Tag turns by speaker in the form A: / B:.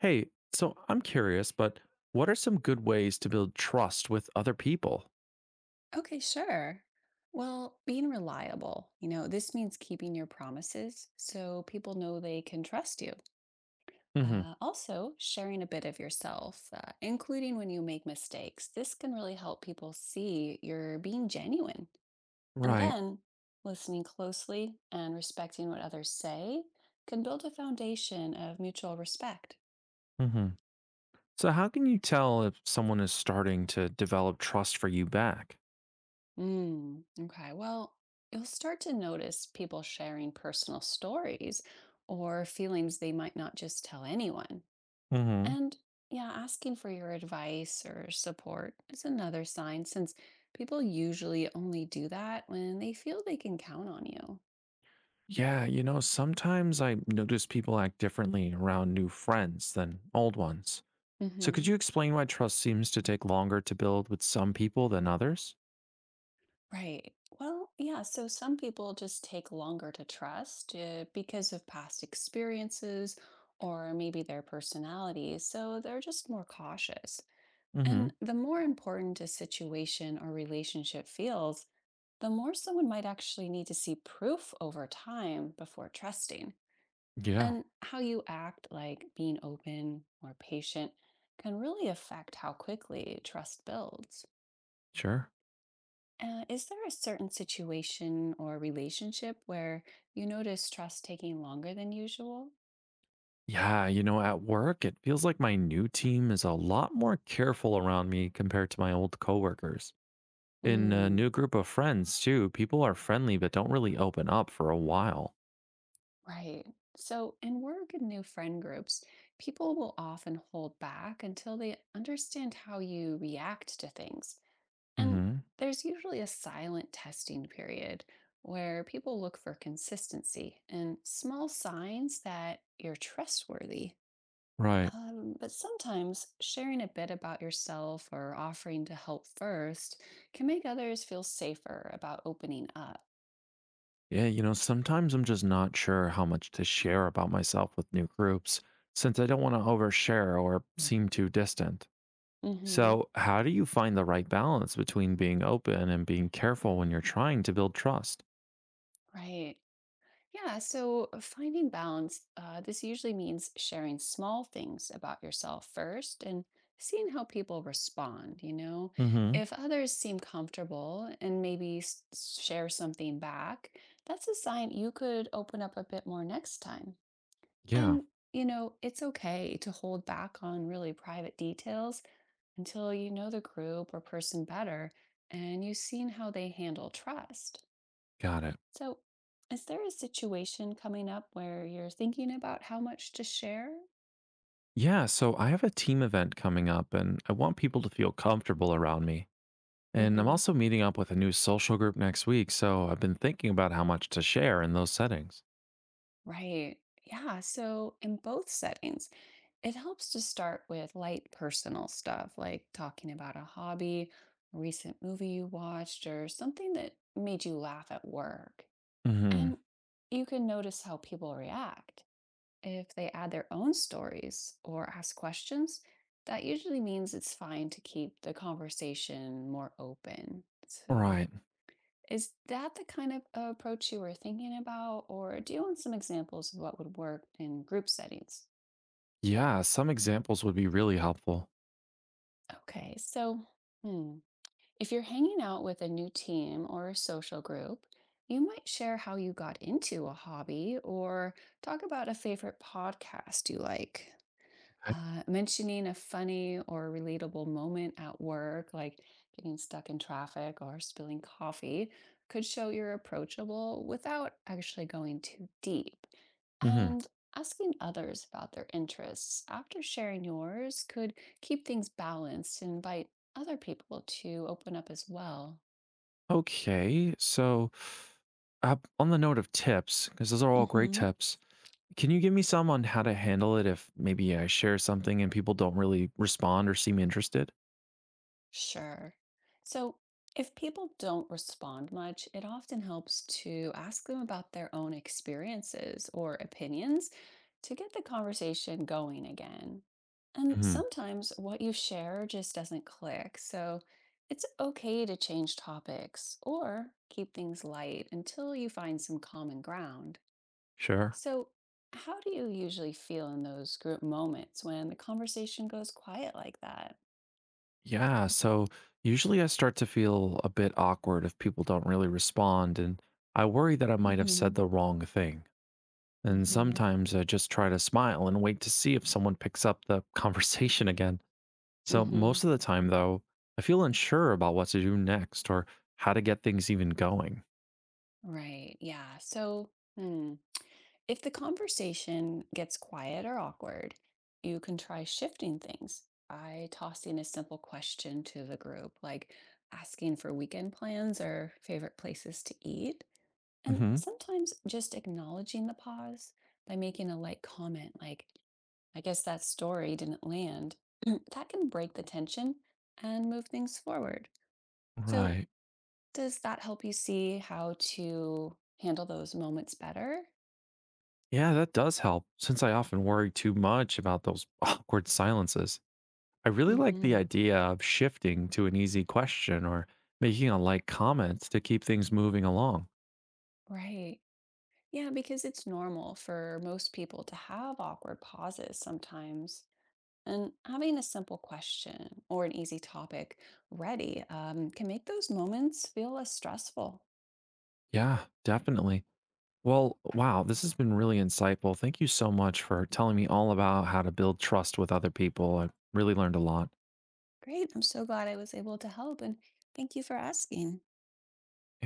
A: Hey, so I'm curious, but what are some good ways to build trust with other people?
B: Okay, sure. Well, being reliable, this means keeping your promises so people know they can trust you.
A: Hmm.
B: Also, sharing a bit of yourself, including when you make mistakes. This can really help people see you're being genuine. And
A: Right.
B: then listening closely and respecting what others say can build a foundation of mutual respect.
A: Hmm. So, how can you tell if someone is starting to develop trust for you back?
B: Okay. Well, you'll start to notice people sharing personal stories or feelings they might not just tell anyone.
A: Hmm.
B: And yeah, asking for your advice or support is another sign since people usually only do that when they feel they can count on you.
A: Yeah, you know, sometimes I notice people act differently around new friends than old ones. So, could
B: Hmm.
A: you explain why trust seems to take longer to build with some people than others?
B: Right. Well, yeah. So some people just take longer to trust because of past experiences or maybe their personalities. So they're just more cautious. And
A: Hmm.
B: the more important a situation or relationship feels, the more someone might actually need to see proof over time before trusting.
A: Yeah,
B: And how you act, like being open or patient, can really affect how quickly trust builds.
A: sure.
B: Is there a certain situation or relationship where you notice trust taking longer than usual?
A: Yeah, you know, at work, it feels like my new team is a lot more careful around me compared to my old coworkers. In a
B: Mm.
A: new group of friends, too, people are friendly but don't really open up for a while.
B: Right. So, in work and new friend groups, people will often hold back until they understand how you react to things. And
A: Hmm.
B: there's usually a silent testing period where people look for consistency and small signs that you're trustworthy.
A: Right.
B: But sometimes sharing a bit about yourself or offering to help first can make others feel safer about opening up.
A: Yeah, you know, sometimes I'm just not sure how much to share about myself with new groups since I don't want to overshare or seem too distant.
B: Hmm.
A: So, how do you find the right balance between being open and being careful when you're trying to build trust?
B: Right. Yeah, so finding balance, this usually means sharing small things about yourself first and seeing how people respond.
A: Hmm.
B: If others seem comfortable and maybe share something back, that's a sign you could open up a bit more next time.
A: Yeah,
B: And, it's okay to hold back on really private details until you know the group or person better and you've seen how they handle trust.
A: got it.
B: So, is there a situation coming up where you're thinking about how much to share?
A: Yeah, so I have a team event coming up and I want people to feel comfortable around me. And I'm
B: Hmm.
A: also meeting up with a new social group next week, so I've been thinking about how much to share in those settings.
B: Right. Yeah. So, in both settings, it helps to start with light personal stuff like talking about a hobby, a recent movie you watched, or something that made you laugh at work. And
A: Mhm.
B: you can notice how people react. If they add their own stories or ask questions, that usually means it's fine to keep the conversation more open. So,
A: Right.
B: is that the kind of approach you were thinking about, or do you want some examples of what would work in group settings?
A: Yeah, some examples would be really helpful.
B: Okay, so hmm, if you're hanging out with a new team or a social group, you might share how you got into a hobby or talk about a favorite podcast you like.
A: Okay.
B: Mentioning a funny or relatable moment at work, like getting stuck in traffic or spilling coffee, could show you're approachable without actually going too deep.
A: Mhm.
B: And asking others about their interests after sharing yours could keep things balanced and invite other people to open up as well.
A: Okay. So, on the note of tips, because those are all great
B: Mhm.
A: tips, can you give me some on how to handle it if maybe I share something and people don't really respond or seem interested?
B: Sure. So, if people don't respond much, it often helps to ask them about their own experiences or opinions to get the conversation going again. And
A: Mhm.
B: sometimes what you share just doesn't click, so it's okay to change topics or keep things light until you find some common ground.
A: Sure.
B: So, how do you usually feel in those group moments when the conversation goes quiet like that?
A: Yeah, so usually I start to feel a bit awkward if people don't really respond, and I worry that I might have said
B: Hmm.
A: the wrong thing. And
B: Hmm.
A: sometimes I just try to smile and wait to see if someone picks up the conversation again. So
B: Mm-hmm.
A: most of the time, though, I feel unsure about what to do next or how to get things even going.
B: Right. Yeah. So, hmm, if the conversation gets quiet or awkward, you can try shifting things by tossing a simple question to the group, like asking for weekend plans or favorite places to eat. And
A: Hmm.
B: sometimes just acknowledging the pause by making a light comment, like, I guess that story didn't land. That can break the tension and move things forward. So,
A: Right.
B: does that help you see how to handle those moments better?
A: Yeah, that does help since I often worry too much about those awkward silences. I really like the
B: Hmm.
A: idea of shifting to an easy question or making a light comment to keep things moving along.
B: Right. Yeah, because it's normal for most people to have awkward pauses sometimes. And having a simple question or an easy topic ready, can make those moments feel less stressful.
A: Yeah, definitely. Well, wow, this has been really insightful. Thank you so much for telling me all about how to build trust with other people. I really learned a lot.
B: Great. I'm so glad I was able to help. And thank you for asking.